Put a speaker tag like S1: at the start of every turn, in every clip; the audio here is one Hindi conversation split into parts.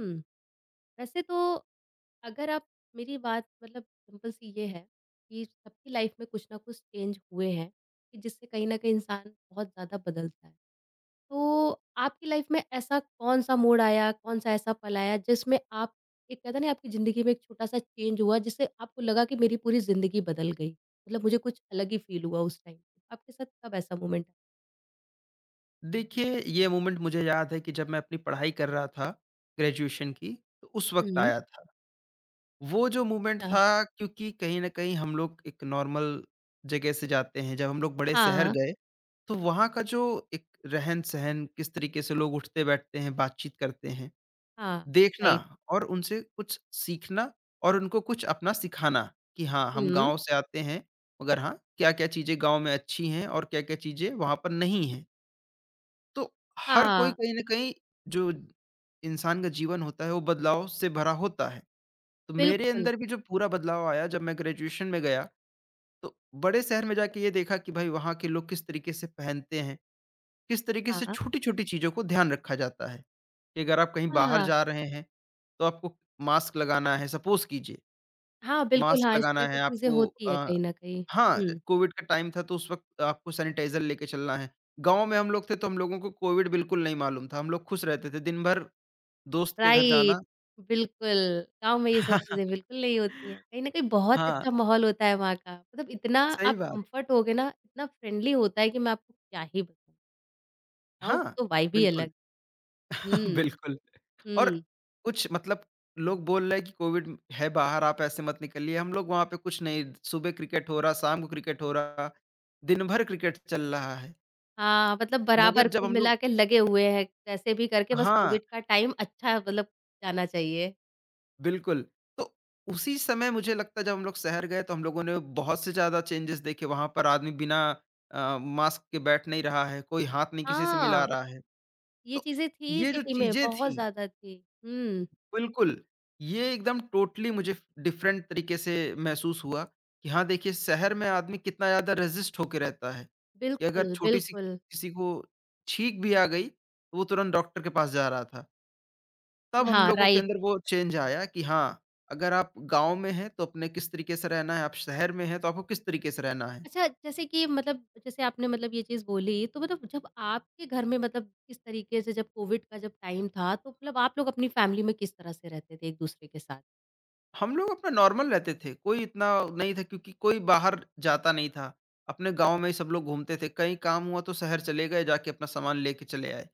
S1: हुँ, वैसे तो अगर आप मेरी बात मतलब सिंपल सी ये है कि सबकी लाइफ में कुछ ना कुछ चेंज हुए हैं, कि जिससे कहीं न कहीं इंसान बहुत ज़्यादा बदलता है। तो आपकी लाइफ में ऐसा कौन-सा मोड़ आया, कौन-सा ऐसा पल आया जिसमें आप एक कहते हैं ना आपकी ज़िंदगी में एक छोटा-सा चेंज हुआ जिससे आपको लगा कि मेरी पूरी ज़िंदगी बदल गई? मतलब मुझे कुछ अलग ही फ़ील हुआ उस टाइम। आपके साथ कब ऐसा मोमेंट हुँ।
S2: देखिए, ये मोमेंट मुझे याद है कि जब मैं अपनी पढ़ाई कर रहा था, ग्रेजुएशन की, तो उस
S1: आया?
S2: वक़्त आया था। वो जो मोमेंट
S1: अच्छा,
S2: था क्योंकि कहीं न कहीं हम लोग एक नॉर्मल जगह से जाते हैं, जब हम लोग बड़े शहर
S1: हाँ,
S2: गए, तो वहाँ का जो एक रहन-सहन, किस तरीके से लोग उठते-बैठते हैं, बातचीत करते हैं,
S1: हाँ,
S2: देखना
S1: राइट,
S2: और उनसे कुछ सीखना और उनको कुछ अपना सिखाना कि हाँ, हम
S1: हुँ,
S2: गाँव से आते हैं, मगर हाँ, क्या-क्या चीज़ें गाँव में अच्छी हैं और क्या-क्या चीज़ें वहाँ पर नहीं हैं। तो हर कोई
S1: हाँ,
S2: कहीं न कहीं जो इंसान का जीवन होता है, वो बदलाव से भरा होता है। तो मेरे
S1: बिल्कुल,
S2: अंदर भी जो पूरा बदलाव आया जब मैं ग्रेजुएशन में गया, तो बड़े शहर में जाके ये देखा कि भाई वहाँ के लोग किस तरीके से पहनते हैं, किस तरीके से
S1: हाँ,
S2: छोटी-छोटी चीज़ों को ध्यान रखा जाता है कि अगर आप कहीं बाहर
S1: हाँ।
S2: जा रहे हैं, तो आपको मास्क लगाना है। सपोज़ कीजिए
S1: हाँ, बिल्कुल,
S2: मास्क
S1: हाँ, इस
S2: लगाना
S1: तरह की
S2: है
S1: चीज़ें
S2: आपको
S1: होती है कहीं न कहीं।
S2: हाँ,
S1: हुँ,
S2: कोविड का टाइम था तो उस वक़्त आपको सैनिटाइज़र लेके चलना है। गाँव में हम लोग थे तो हम लोगों को कोविड बिल्कुल नहीं मालूम था, हम लोग खुश रहते थे, दिन भर दोस्त के घर
S1: राइट,
S2: जाना।
S1: बिल्कुल, गाँव में ये सब चीज़ें बिल्कुल नहीं होती हैं। कहीं न कहीं बहुत
S2: हाँ,
S1: अच्छा माहौल होता है वहाँ का, मतलब इतना
S2: सही
S1: आप
S2: बात।
S1: कम्फ़र्ट हो गए ना, इतना फ्रेंडली होता है कि मैं आपको क्या ही बताऊँ, गाँव की
S2: हाँ,
S1: तो वाइब ही
S2: बिल्कुल,
S1: अलग हुँ,
S2: बिल्कुल। और
S1: हुँ।
S2: कुछ मतलब लोग बोल रहे हैं कि कोविड है बाहर आप ऐसे मत निकलिए, हम लोग वहाँ पे कुछ नहीं, सुबह क्रिकेट हो रहा, शाम को क्रिकेट हो रहा, दिन भर क्रिकेट चल रहा है।
S1: हाँ, मतलब
S2: मगर
S1: बराबर
S2: जब
S1: कुल
S2: हम लोग
S1: मिला के लगे हुए हैं, कैसे भी करके बस
S2: हाँ।
S1: कोविड का टाइम अच्छा मतलब जाना चाहिए।
S2: बिल्कुल। तो उसी समय मुझे लगता है जब हम लोग शहर गए तो हम लोगों ने बहुत से ज़्यादा चेंजेज़ देखे। वहाँ पर आदमी बिना मास्क के बैठ नहीं रहा है, कोई हाथ नहीं किसी से मिला
S1: हाँ,
S2: रहा है।
S1: ये
S2: तो
S1: चीज़ें थी
S2: ये जो
S1: सिटी में,
S2: चीज़ें
S1: बहुत
S2: थीं
S1: ज़्यादा थी। हुँ,
S2: बिल्कुल, ये एकदम टोटली मुझे डिफ़रेंट तरीके से महसूस हुआ कि हाँ, देखिए शहर में आदमी कितना ज़्यादा रेज़िस्ट होके रहता है, कि अगर
S1: बिल्कुल,
S2: छोटी-सी
S1: बिल्कुल।
S2: किसी को छींक भी आ गई, तो वो तुरंत डॉक्टर के पास जा रहा था। तब हम
S1: हाँ,
S2: लोगों के
S1: राइट।
S2: अंदर वो चेंज आया कि हाँ, अगर आप गाँव में हैं तो अपने किस तरीके से रहना है, आप शहर में हैं तो आपको किस तरीके से रहना है।
S1: अच्छा, जैसे कि मतलब जैसे आपने मतलब ये चीज़ बोली, तो मतलब जब आपके घर में मतलब किस तरीके से जब कोविड का जब टाइम था, तो मतलब आप लोग अपनी फैमिली में किस तरह से रहते थे एक-दूसरे के साथ?
S2: हम लोग अपना नॉर्मल रहते थे, कोई इतना नहीं था क्योंकि कोई बाहर जाता नहीं था। अपने गाँव में ही सब लोग घूमते थे, कहीं काम हुआ तो शहर चले गए, जाके अपना सामान लेके चले आए,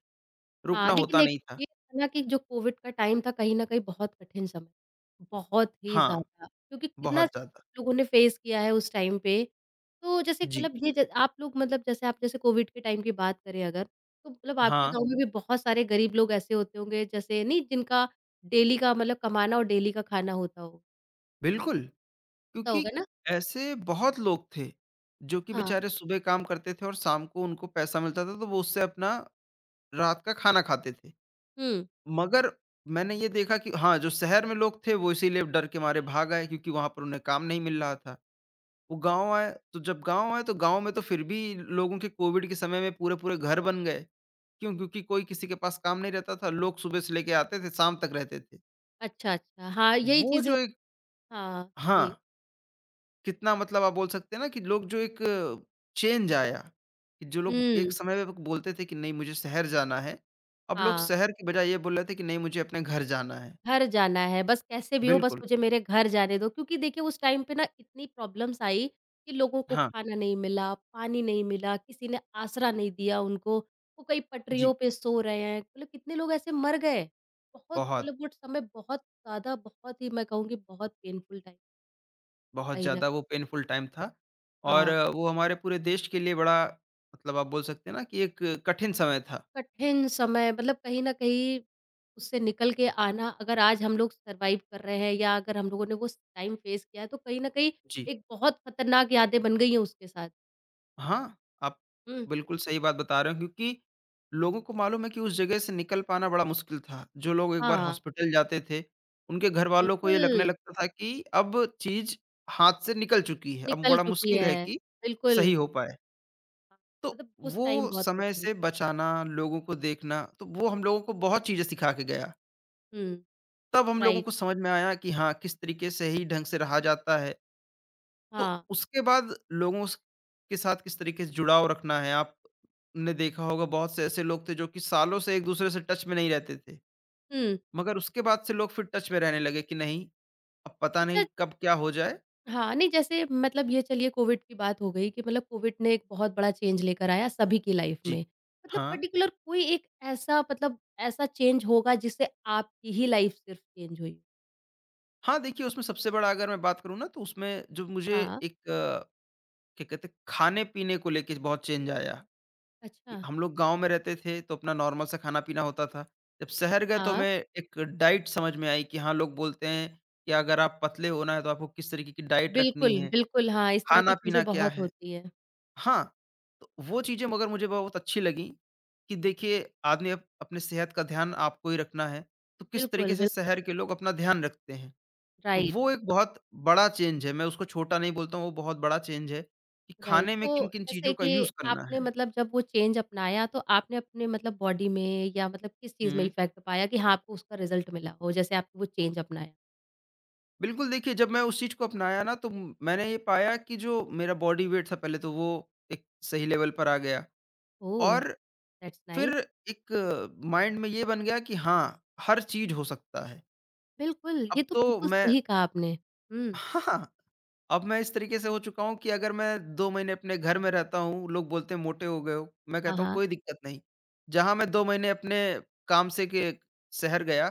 S2: रुकना
S1: हाँ,
S2: होता
S1: लेकिन एक
S2: नहीं था।
S1: ये था ना कि जो कोविड का टाइम था कहीं न कहीं बहुत कठिन समय, बहुत ही
S2: हाँ,
S1: ज़्यादा क्योंकि कितना
S2: बहुत ज़्यादा।
S1: लोगों ने फेस किया है उस टाइम पे। तो जैसे
S2: जी।
S1: मतलब ये ज आप लोग मतलब जैसे आप जैसे कोविड के टाइम की बात करें अगर, तो मतलब आपके
S2: हाँ,
S1: गाँव में भी बहुत सारे गरीब लोग ऐसे होते होंगे जैसे नहीं जिनका डेली का मतलब कमाना और डेली का खाना होता हो
S2: बिल्कुल,
S1: होता
S2: क्योंकि
S1: होगा ना?
S2: ऐसे बहुत लोग थे, जो कि
S1: हाँ,
S2: बेचारे सुबह काम करते थे और शाम को उनको पैसा मिलता था तो वो उससे अपना रात का खाना खाते थे।
S1: हुँ।
S2: मगर मैंने ये देखा कि हाँ, जो शहर में लोग थे वो इसीलिए डर के मारे भाग आए क्योंकि वहाँ पर उन्हें काम नहीं मिल रहा था। वो गाँव आए, तो जब गाँव आए तो गाँव में तो फिर भी लोगों के कोविड के समय में पूरे-पूरे घर बन गए। क्यों? क्योंकि कोई किसी के पास काम नहीं रहता था। लोग सुबह से लेके आते थे, शाम तक रहते थे।
S1: अच्छा, अच्छा। हाँ, यही
S2: वो
S1: चीज़ें
S2: जो एक
S1: हाँ,
S2: हाँ,
S1: जी।
S2: कितना मतलब आप बोल सकते हैं ना कि लोग जो एक चेंज आया, कि जो लोग एक
S1: हुँ,
S2: समय में बोलते थे कि नहीं मुझे शहर जाना है, अब लोग
S1: हाँ।
S2: शहर की बजाय ये बोल रहे थे कि नहीं मुझे अपने घर जाना है।
S1: घर जाना है, बस कैसे भी हो बस
S2: बिल्कुल,
S1: मुझे मेरे घर जाने दो। क्योंकि देखिए उस टाइम पे ना इतनी प्रॉब्लम्स आई कि लोगों को
S2: हाँ,
S1: खाना नहीं मिला, पानी नहीं मिला, किसी ने आसरा नहीं दिया उनको। वो कई पटरियों
S2: जी।
S1: पे सो रहे हैं, मतलब कितने लोग ऐसे मर गए। बहुत
S2: बहुत,
S1: मतलब वो समय बहुत ज़्यादा बहुत ही मैं कहूँगी बहुत पेनफुल टाइम
S2: बहुत
S1: कहीं न
S2: ज़्यादा वो पेनफुल टाइम था और
S1: हाँ,
S2: वो हमारे पूरे देश के लिए बड़ा मतलब आप बोल सकते हैं ना कि एक कठिन समय था।
S1: कठिन समय मतलब कहीं न कहीं उससे निकल के आना अगर आज हम लोग सर्वाइव कर रहे हैं या अगर हम लोगों ने वो टाइम फेस किया है तो कहीं न कहीं
S2: जी।
S1: एक बहुत खतरनाक यादें बन गई हैं उसके साथ।
S2: हाँ, आप
S1: हुँ,
S2: बिल्कुल सही बात बता रहे हो क्योंकि लोगों को मालूम है कि उस जगह से निकल पाना बड़ा मुश्किल था। जो लोग एक बार
S1: हाँ,
S2: हॉस्पिटल जाते थे, उनके घरवालों को ये लगने
S1: बिल्कुल,
S2: लगता था कि अब चीज़ हाथ से निकल चुकी है, अब
S1: निकल
S2: बड़ा
S1: चुकी
S2: मुश्किल है
S1: है,
S2: कि
S1: बिल्कुल।
S2: सही हो पाए।
S1: हाँ,
S2: तो
S1: मतलब उस टाइम
S2: वो
S1: बहुत
S2: समय
S1: कठिन
S2: से बचाना, लोगों को देखना, तो वो हम लोगों को बहुत चीज़ें सिखा के गया।
S1: हुँ,
S2: तब हम लोगों
S1: राइट,
S2: को समझ में आया कि हाँ, किस तरीके से ही ढंग से रहा जाता है। तो
S1: हाँ,
S2: उसके बाद लोगों स के साथ किस तरीके से जुड़ाव रखना है। आपने देखा होगा बहुत से ऐसे लोग थे जो कि सालों से एक-दूसरे से टच में नहीं रहते थे।
S1: हुँ।
S2: मगर उसके बाद से लोग फिर टच में रहने लगे कि नहीं, अब पता
S1: अच्छा
S2: नहीं कब क्या हो जाए।
S1: हाँ, नहीं जैसे मतलब ये चलिए कोविड की बात हो गई कि मतलब कोविड ने एक बहुत बड़ा चेंज लेकर आया सभी की लाइफ़
S2: जी।
S1: में। मतलब
S2: हाँ।
S1: पर्टिकुलर कोई एक ऐसा मतलब ऐसा चेंज होगा जिससे आपकी ही लाइफ़ सिर्फ़ चेंज हुई?
S2: हाँ, देखिए उसमें सबसे बड़ा अगर मैं बात करूँ ना तो उसमें जो मुझे
S1: हाँ,
S2: एक क्या कहते हैं खाने-पीने को लेके बहुत चेंज आया।
S1: अच्छा,
S2: हम लोग गाँव में रहते थे तो अपना नॉर्मल सा खाना-पीना होता था। जब शहर गए तो
S1: हाँ,
S2: हमें एक डाइट समझ में आई कि हाँ, लोग बोलते हैं कि अगर आप पतले होना है तो आपको किस तरीके की डाइट रखनी
S1: बिल्कुल,
S2: है,
S1: बिल्कुल, हाँ, इस तरह की चीज़ें
S2: खाना-पीना क्या
S1: बहुत
S2: है।
S1: होती हैं।
S2: हाँ, तो वो चीज़ें मगर मुझे बहुत अच्छी लगीं कि देखिए आदमी अप अपने सेहत का ध्यान आपको ही रखना है, तो किस तरीके
S1: बिल्कुल,
S2: से
S1: बिल
S2: शहर के लोग अपना ध्यान रखते हैं। तो
S1: राइट।
S2: वो एक बहुत बड़ा चेंज है, मैं उसको छोटा नहीं बोलता हूँ, वो बहुत बड़ा चेंज है कि
S1: राइट,
S2: खाने में
S1: तो
S2: किन-किन
S1: जैसे
S2: चीज़ों का
S1: कि
S2: यूज़ करना
S1: आपने
S2: है।
S1: मतलब जब वो चेंज अपनाया तो आपने अपने मतलब बॉडी में या मतलब किस चीज़ में
S2: हुँ।
S1: इफ़ेक्ट पाया कि हाँ, आपको उसका रिज़ल्ट मिला हो जैसे आपने वो चेंज अपनाया?
S2: बिल्कुल, देखिए जब मैं उस चीज़ को अपनाया ना तो मैंने ये पाया कि जो मेरा बॉडी वेट था पहले तो वो एक सही लेवल पर आ गया
S1: ओह!
S2: और
S1: दैट्स
S2: फिर
S1: नाइस।
S2: एक माइंड में ये बन गया कि हाँ, हर चीज़ हो सकता है।
S1: बिल्कुल,
S2: अब
S1: ये तो
S2: तो
S1: बिल्कुल
S2: मैं
S1: सही कहा आपने। हुँ।
S2: हाँ। अब मैं इस तरीके से हो चुका हूँ कि अगर मैं 2 महीने अपने घर में रहता हूँ, लोग बोलते हैं मोटे हो गए हो, मैं
S1: हाँ,
S2: कहता हूँ
S1: हाँ।
S2: कोई दिक्कत नहीं। जहाँ मैं 2 महीने अपने काम से के शहर गया,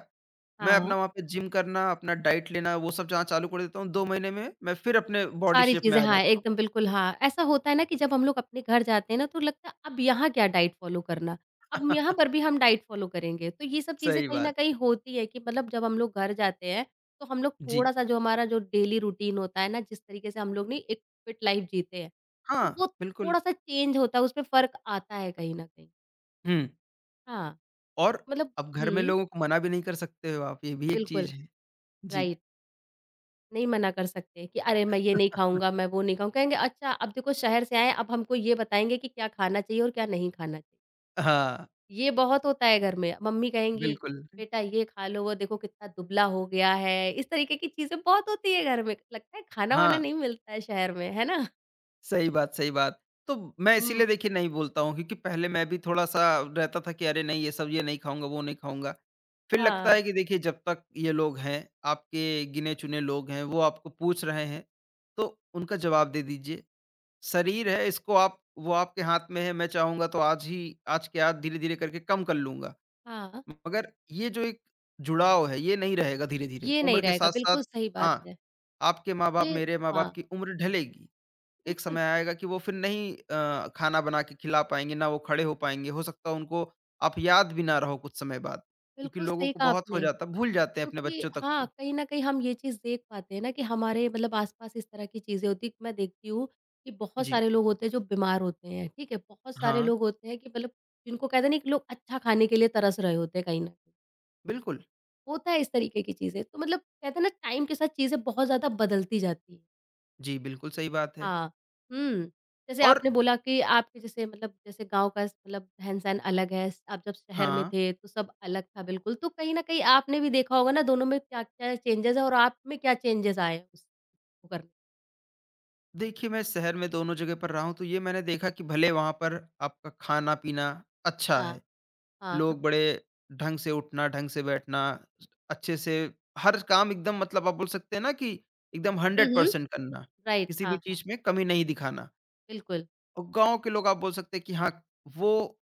S2: मैं अपना
S1: हाँ।
S2: वहाँ पे जिम करना, अपना डाइट लेना वो सब जहाँ चालू कर देता हूँ, 2 महीने में मैं फिर अपने बॉडी
S1: सारी
S2: शेप में
S1: चीज़ें,
S2: आ
S1: हाँ,
S2: जाता हूँ।
S1: एकदम बिल्कुल हाँ। ऐसा होता है ना कि जब हम लोग अपने घर जाते हैं ना तो लगता है अब यहाँ क्या डाइट फ़ॉलो करना, अब यहाँ पर भी हम डाइट फ़ॉलो करेंगे। तो ये सब चीज़ें
S2: सही
S1: कहीं न
S2: बात।
S1: कहीं होती है कि मतलब जब हम लोग घर जाते हैं तो हम लोग
S2: जी।
S1: थोड़ा-सा जो हमारा जो डेली रूटीन होता है ना जिस तरीके से हम लोग ने एक फिट लाइफ़ जीते हैं, तो
S2: हाँ,
S1: वो
S2: बिल्कुल।
S1: थोड़ा-सा चेंज होता है उसमें फ़र्क आता है कहीं न कहीं।
S2: हुँ,
S1: हाँ,
S2: और
S1: मतलब
S2: अब घर में
S1: हुँ,
S2: लोगों को मना भी नहीं कर सकते हो आप, ये भी एक चीज़
S1: बिल्कुल,
S2: है। जी।
S1: राइट। नहीं मना कर सकते कि अरे मैं ये नहीं खाऊँगा, मैं वो नहीं खाऊँ कहेंगे अच्छा अब देखो शहर से आए हैं, अब हमको ये बताएँगे कि क्या खाना चाहिए और क्या नहीं खाना चाहिए।
S2: हाँ,
S1: ये बहुत होता है घर में। मम्मी कहेंगी,
S2: बिल्कुल।
S1: "बेटा ये खा लो, वो देखो कितना दुबला हो गया है।" इस तरीके की चीज़ें बहुत होती है घर में। लगता है खाना-वाना
S2: हाँ।
S1: नहीं मिलता है शहर में, है ना?
S2: सही बात, सही बात। तो मैं
S1: हुँ,
S2: इसीलिए देखिए नहीं बोलता हूँ क्योंकि पहले मैं भी थोड़ा-सा रहता था कि अरे नहीं ये सब ये नहीं खाऊँगा, वो नहीं खाऊँगा। फिर लगता
S1: हाँ,
S2: है कि देखिए जब तक ये लोग हैं, आपके गिने-चुने लोग हैं, वो आपको पूछ रहे हैं, तो उनका जवाब दे दीजिए। शरीर है इसको आप वो आपके हाथ में है, मैं चाहूँगा तो आज ही आज के आज धीरे-धीरे करके कम कर लूँगा।
S1: हाँ।
S2: मगर ये जो एक जुड़ाव है, ये नहीं रहेगा धीरे-धीरे।
S1: ये
S2: उम्र
S1: नहीं
S2: के
S1: रहेगा,
S2: साथ-साथ
S1: बिल्कुल सही बात
S2: हाँ,
S1: है।
S2: आपके माँ-बाप,
S1: ये
S2: मेरे
S1: हाँ,
S2: माँ-बाप की उम्र ढलेगी। एक
S1: बिल्कुल,
S2: समय आएगा कि वो फिर नहीं खाना बना के खिला पाएँगे, ना वो खड़े हो पाएँगे। हो सकता है उनको आप याद भी ना रहो कुछ समय बाद, क्योंकि
S1: बिल्कुल
S2: लोगों
S1: सही
S2: को
S1: कहा
S2: बहुत हो
S1: आपने।
S2: जाता है, भूल जाते हैं अपने
S1: क्योंकि
S2: बच्चों तक
S1: हाँ,
S2: को।
S1: कहीं न कहीं हम ये चीज़ देख पाते हैं ना कि हमारे मतलब आस-पास इस तरह की चीज़ें होती हैं। मैं देखती हूँ कि बहुत
S2: जी।
S1: सारे लोग होते हैं जो बीमार होते हैं, ठीक है? बहुत सारे
S2: हाँ,
S1: लोग होते हैं कि मतलब जिनको कहते हैं ना कि लोग अच्छा खाने के लिए तरस रहे होते हैं कहीं न कहीं।
S2: बिल्कुल।
S1: होता है इस तरीके की चीज़ें। तो मतलब कहते हैं ना टाइम के साथ चीज़ें बहुत ज़्यादा बदलती जाती हैं।
S2: जी, बिल्कुल सही बात है।
S1: हाँ, हुँ। जैसे
S2: और
S1: आपने बोला कि आपके जैसे मतलब जैसे गाँव का मतलब रहन-सहन अलग है, आप जब शहर में
S2: हाँ,
S1: थे तो सब अलग था बिल्कुल, तो कहीं न कहीं आपने भी देखा होगा ना दोनों में क्या-क्या चेंजेज़ है और आप में क्या चेंजेज़ आए हैं उसको करके?
S2: देखिए मैं शहर में दोनों जगह पर रहा हूँ, तो ये मैंने देखा कि भले वहाँ पर आपका खाना-पीना अच्छा है।
S1: हाँ, हाँ।
S2: लोग बड़े ढंग से उठना, ढंग से बैठना, अच्छे से हर काम एकदम मतलब आप बोल सकते हैं ना कि एकदम
S1: हुँ, हुँ।
S2: 100% करना,
S1: राइट,
S2: किसी भी
S1: हाँ, हाँ,
S2: चीज़ में कमी नहीं दिखाना।
S1: बिल्कुल।
S2: और गाँव के लोग आप बोल सकते हैं कि हाँ, वो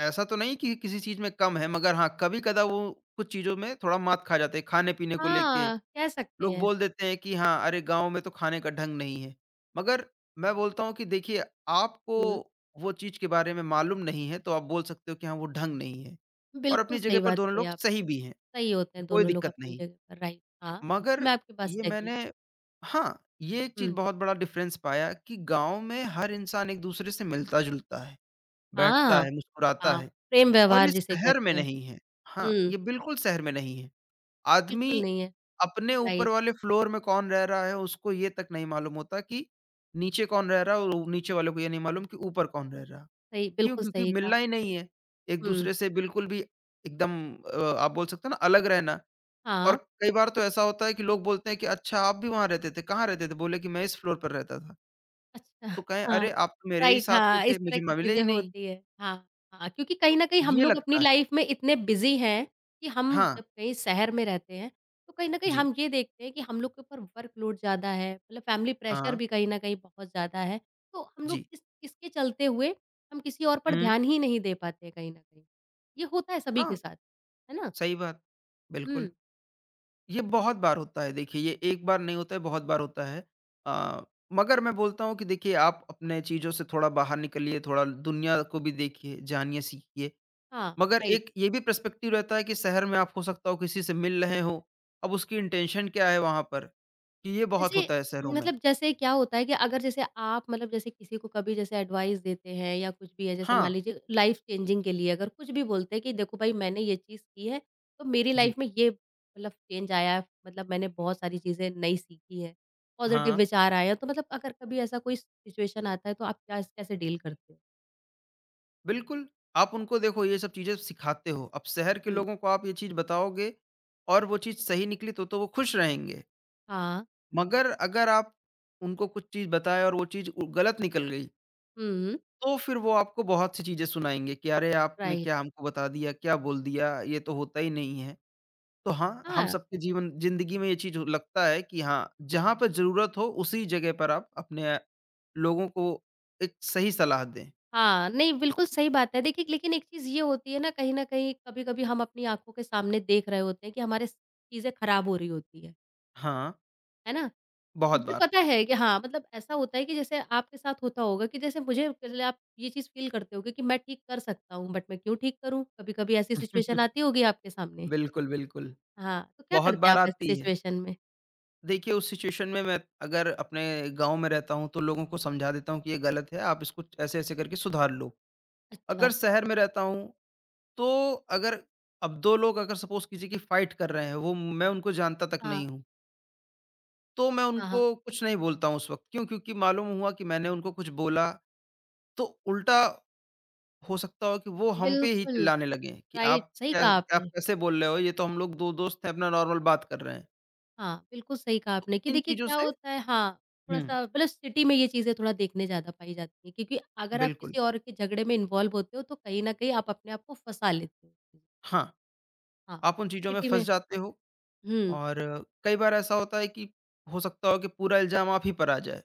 S2: ऐसा तो नहीं कि किसी चीज़ में कम है मगर हाँ, कभी-कदा वो कुछ चीज़ों में थोड़ा मात खा जाते हैं, खाने-पीने को लेके
S1: हाँ, कह सकते
S2: लोग
S1: हैं।
S2: बोल देते हैं कि हाँ, अरे गाँव में तो खाने का ढंग नहीं है। मगर मैं बोलता हूँ कि देखिए आपको
S1: हुँ,
S2: वो चीज़ के बारे में मालूम नहीं है तो आप बोल सकते हो कि हाँ, वो ढंग नहीं है। और
S1: बिल्कुल
S2: अपनी
S1: सही
S2: जगह पर
S1: बात
S2: दोनों
S1: कही
S2: लोग सही
S1: आपने।
S2: भी हैं,
S1: सही होते हैं
S2: कोई
S1: दोनों लोग
S2: दिक्कत
S1: अपनी
S2: नहीं।
S1: जगह पर, राइट। हाँ, बिल्कुल
S2: मगर
S1: मैं आपकी बात
S2: ये
S1: से
S2: मैंने
S1: एग्री
S2: हाँ, ये एक चीज़
S1: हुँ।
S2: बहुत बड़ा डिफ़रेंस पाया कि गाँव में हर इंसान एक-दूसरे से मिलता-जुलता है, बैठता
S1: हाँ,
S2: है, मुस्कुराता
S1: हाँ,
S2: है
S1: प्रेम
S2: और
S1: व्यवहार
S2: ये
S1: जिसे
S2: शहर में
S1: कहते हैं।
S2: नहीं है। हाँ,
S1: हुँ,
S2: ये बिल्कुल शहर में नहीं है। आदमी
S1: बिल्कुल नहीं है।
S2: अपने ऊपर
S1: राइट,
S2: वाले फ्लोर में कौन रह रहा है, उसको ये तक नहीं मालूम होता कि नीचे कौन रह रहा है और नीचे वाले को ये नहीं मालूम कि ऊपर कौन रह रहा।
S1: सही
S2: क्यों?
S1: बिल्कुल
S2: क्योंकि
S1: सही कहा।
S2: मिलना ही नहीं है।
S1: हुँ,
S2: एक-दूसरे से बिल्कुल भी एकदम आप बोल सकते हो ना अलग रहना और
S1: हाँ,
S2: कई बार तो ऐसा होता है कि लोग बोलते हैं कि अच्छा आप भी वहाँ रहते थे, कहाँ रहते थे? बोले कि मैं इस फ्लोर पर रहता था।
S1: अच्छा
S2: तो कहें
S1: हाँ,
S2: अरे आप तो मेरे ही
S1: राइट
S2: साथ के
S1: हाँ, इस
S2: थे,
S1: तरह
S2: मुझे
S1: की
S2: मिले
S1: चीज़ें
S2: ही नहीं।
S1: होती है। हाँ, हाँ, क्योंकि कहीं
S2: तो
S1: न कहीं हम
S2: ये
S1: लोग अपनी
S2: लगता है।
S1: लाइफ़ में इतने बिज़ी हैं कि हम
S2: हाँ,
S1: जब कहीं शहर में रहते हैं, तो कहीं न कहीं
S2: जी।
S1: हम ये देखते हैं कि हम लोग के ऊपर वर्कलोड ज़्यादा है, मतलब फैमिली प्रेशर
S2: हाँ,
S1: भी कहीं न कहीं बहुत ज़्यादा है। तो हम लोग
S2: जी।
S1: इस इसके चलते हुए हम किसी और पर
S2: हुँ।
S1: ध्यान ही नहीं दे पाते हैं कहीं न कहीं। ये होता है सभी के
S2: हाँ,
S1: साथ, है ना?
S2: सही बात। बिल्कुल।
S1: हुँ,
S2: ये बहुत बार होता है देखिए, ये एक बार नहीं होता है, बहुत बार होता है। अ, मगर मैं बोलता हूँ कि देखिए आप अपने चीज़ों से थोड़ा बाहर निकलिए, थोड़ा दुनिया को भी देखिए, जानिए, सीखिए।
S1: हाँ,
S2: मगर
S1: राइट।
S2: एक ये भी पर्सपेक्टिव रहता है कि शहर में आप हो सकता हो किसी से मिल रहे हों, अब उसकी इंटेंशन क्या है वहाँ पर? कि ये बहुत
S1: जैसे
S2: होता है शहरों में।
S1: मतलब जैसे क्या होता है कि अगर जैसे आप मतलब जैसे किसी को कभी जैसे एडवाइस देते हैं या कुछ भी है, जैसे
S2: हाँ,
S1: मान लीजिए लाइफ चेंजिंग के लिए अगर कुछ भी बोलते हैं कि देखो भाई मैंने ये चीज़ की है, तो मेरी
S2: जी,
S1: लाइफ में ये मतलब चेंज आया है, मतलब मैंने बहुत सारी चीज़ें नई सीखी है, पॉजिटिव
S2: हाँ,
S1: विचार आए हैं, तो मतलब अगर कभी ऐसा कोई सिचुएशन आता है तो आप क्या कैसे डील करते हो?
S2: बिल्कुल। आप उनको देखो ये सब चीज़ें सिखाते हो। अब शहर के
S1: हुँ।
S2: लोगों को आप ये चीज़ बताओगे और वो चीज़ सही निकली तो वो खुश रहेंगे।
S1: हाँ।
S2: मगर अगर आप उनको कुछ चीज़ बताएँ और वो चीज़ उ गलत निकल गई,
S1: हुँ, हुँ।
S2: तो फिर वो आपको बहुत सी चीज़ें सुनाएँगे कि अरे! आपने
S1: राइट।
S2: क्या हमको बता दिया, क्या बोल दिया, ये तो होता ही नहीं है। तो हाँ, हम
S1: हाँ।
S2: सबके जीवन ज़िंदगी में ये चीज़ लगता है कि हाँ, जहाँ पे ज़रूरत हो उसी जगह पर आप अपने लोगों को एक सही सलाह दें।
S1: हाँ, नहीं बिल्कुल सही बात है। देखिए लेकिन एक चीज़ ये होती है ना कहीं न कहीं कभी-कभी हम अपनी आँखों के सामने देख रहे होते हैं कि हमारे स चीज़ें खराब हो रही होती हैं।
S2: हाँ,
S1: है ना?
S2: बहुत
S1: मुझे
S2: बार।
S1: पता है कि हाँ, मतलब ऐसा होता है कि जैसे आपके साथ होता होगा कि जैसे मुझे पहले आप ये चीज़ फ़ील करते होगे कि मैं ठीक कर सकता हूँ, बट मैं क्यों ठीक करूँ? कभी-कभी ऐसी सिचुएशन आती होगी आपके सामने?
S2: बिल्कुल, बिल्कुल।
S1: हाँ, तो क्या
S2: बहुत
S1: करते हैं
S2: बार
S1: आप ऐसी
S2: आती है।
S1: सिचुएशन में?
S2: देखिए, उस सिचुएशन में मैं अगर अपने गाँव में रहता हूँ, तो लोगों को समझा देता हूँ कि ये गलत है, आप इसको ऐसे-ऐसे करके सुधार लो।
S1: अच्छा।
S2: अगर शहर में रहता हूँ, तो अगर अब 2 लोग अगर सपोज़ किसी की फ़ाइट कर रहे हैं, वो मैं उनको जानता तक
S1: हाँ।
S2: नहीं हूँ, तो मैं
S1: हाँ,
S2: उनको
S1: हाँ।
S2: कुछ नहीं बोलता हूँ उस वक़्त। क्यों? क्योंकि मालूम हुआ कि मैंने उनको कुछ बोला, तो उल्टा हो सकता हो कि वो हम पे ही
S1: बिल्कुल,
S2: चिल्लाने लगें कि
S1: राइट
S2: आप
S1: सही
S2: क्या
S1: कहा
S2: आप
S1: आपने।
S2: कैसे बोल रहे हो? ये तो हम लोग 2 दोस्त हैं, अपना नॉर्मल बात कर रहे हैं।
S1: हाँ, बिल्कुल सही कहा
S2: तो
S1: आपने कि
S2: इन
S1: देखिए
S2: चीज़ों
S1: क्या
S2: से
S1: होता है हाँ,
S2: हुँ,
S1: थोड़ा-सा मतलब सिटी में ये चीज़ें थोड़ा देखने ज़्यादा पाई जाती हैं क्योंकि अगर आप
S2: बिल्कुल।
S1: किसी और के झगड़े में इन्वॉल्व होते हो तो कहीं न कहीं आप अपने आप को फँसा लेते हो।
S2: हाँ।
S1: हाँ,
S2: आप उन चीज़ों में
S1: सिटी
S2: फँस
S1: में
S2: जाते हो
S1: हुँ,
S2: और कई बार ऐसा होता है कि हो सकता हो कि पूरा इल्ज़ाम आप ही पर आ जाए।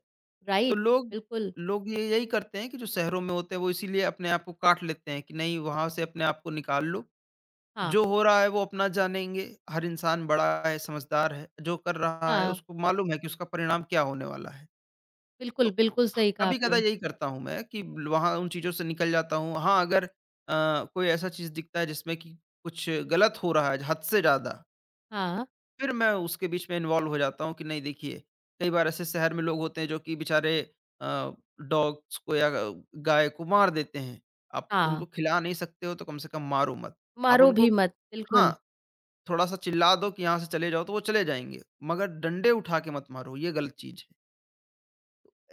S2: तो
S1: राइट,
S2: लोग
S1: बिल्कुल,
S2: लोग ये यही करते हैं कि जो शहरों में होते हैं वो इसीलिए अपने आप को काट लेते हैं कि नहीं वहाँ से अपने आप को निकाल लो।
S1: हाँ,
S2: जो हो रहा है वो अपना जानेंगे, हर इंसान बड़ा है, समझदार है, जो कर रहा है
S1: हाँ,
S2: उसको मालूम है कि उसका परिणाम क्या होने वाला है। तो
S1: बिल्कुल, बिल्कुल सही कहा
S2: कभी-कदा
S1: आपने।
S2: यही करता हूँ मैं कि वहाँ उन चीज़ों से निकल जाता हूँ। हाँ, अगर कोई ऐसा चीज़ दिखता है जिसमें कि कुछ गलत हो रहा है हद से ज़्यादा
S1: हाँ,
S2: फिर मैं उसके बीच में इन्वॉल्व हो जाता हूँ कि नहीं देखिए, कई बार ऐसे शहर में लोग होते हैं जो कि बेचारे अ, डॉग्स को या ग गाय को मार देते हैं। आप
S1: हाँ,
S2: उनको खिला नहीं सकते हो तो कम से कम मारो मत। आप
S1: मारो
S2: उनको
S1: भी मत, बिल्कुल,
S2: हाँ, थोड़ा-सा चिल्ला दो कि यहाँ से चले जाओ तो वो चले जाएँगे, मगर डंडे उठा के मत मारो, ये गलत चीज़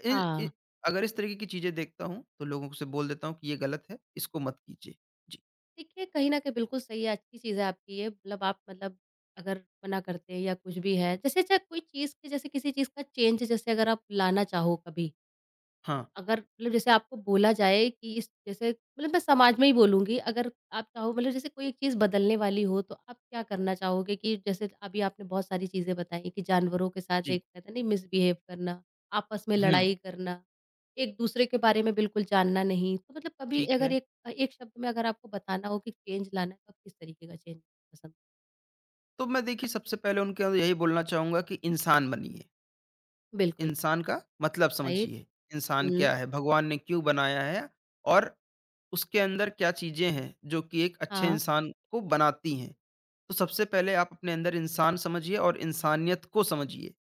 S2: है। इ इ
S1: हाँ।
S2: अगर इस तरीके की चीज़ें देखता हूँ तो लोगों से बोल देता हूँ कि ये गलत है, इसको मत कीजिए। जी,
S1: देखिए कहीं न कहीं बिल्कुल सही है, अच्छी चीज़ है आपकी ये मतलब आप मतलब अगर मना करते हैं या कुछ भी है, जैसे चाहे कोई चीज़ के जैसे किसी चीज़ का चेंज जैसे अगर आप लाना चाहो कभी,
S2: हाँ,
S1: अगर मतलब जैसे आपको बोला जाए कि इस जैसे मतलब मैं समाज में ही बोलूँगी, अगर आप चाहो मतलब जैसे कोई एक चीज़ बदलने वाली हो, तो आप क्या करना चाहोगे कि जैसे अभी आपने बहुत सारी चीज़ें बताई कि जानवरों के साथ
S2: जी,
S1: एक कहते हैं ना मिसबिहेव करना, आपस में
S2: हुँ,
S1: लड़ाई करना, एक-दूसरे के बारे में बिल्कुल जानना नहीं। तो मतलब कभी
S2: ठीक
S1: अगर
S2: है।
S1: एक शब्द में अगर आपको बताना हो कि चेंज लाना है, तो आप किस तरीके का चेंज पसंद
S2: तो मैं देखिए सबसे पहले उनके अंदर यही बोलना चाहूँगा कि इंसान बनिए।
S1: बिल्कुल,
S2: इंसान का मतलब
S1: राइट?
S2: समझिए, इंसान
S1: हुँ।
S2: क्या है, भगवान ने क्यों बनाया है और उसके अंदर क्या चीज़ें हैं जो कि एक अच्छे
S1: हाँ,
S2: इंसान को बनाती हैं। तो सबसे पहले आप अपने अंदर इंसान समझिए और इंसानियत को समझिए,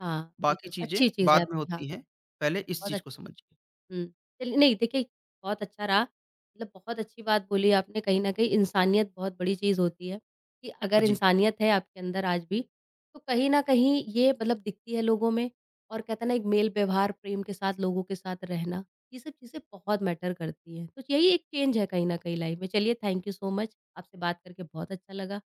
S1: हाँ,
S2: बाकी
S1: बिल्कुल,
S2: चीज़ें
S1: अच्छी चीज़ है
S2: बाद में
S1: आपकी, हाँ।
S2: होती हैं, पहले इस
S1: बहुत
S2: चीज़
S1: अच्छ
S2: को समझिए।
S1: हुँ। चलिए नहीं देखिए बहुत अच्छा रहा, मतलब बहुत अच्छी बात बोली आपने कहीं न कहीं इंसानियत बहुत बड़ी चीज़ होती है, कि अगर
S2: जी।
S1: इंसानियत है आपके अंदर आज भी, तो कहीं न कहीं ये मतलब दिखती है लोगों में और कहते हैं ना एक मेल व्यवहार प्रेम के साथ लोगों के साथ रहना, ये सब चीज़ें बहुत मैटर करती हैं। तो यही एक चेंज है कहीं न कहीं लाइफ़ में। चलिए थैंक यू सो मच, आपसे बात करके बहुत अच्छा लगा।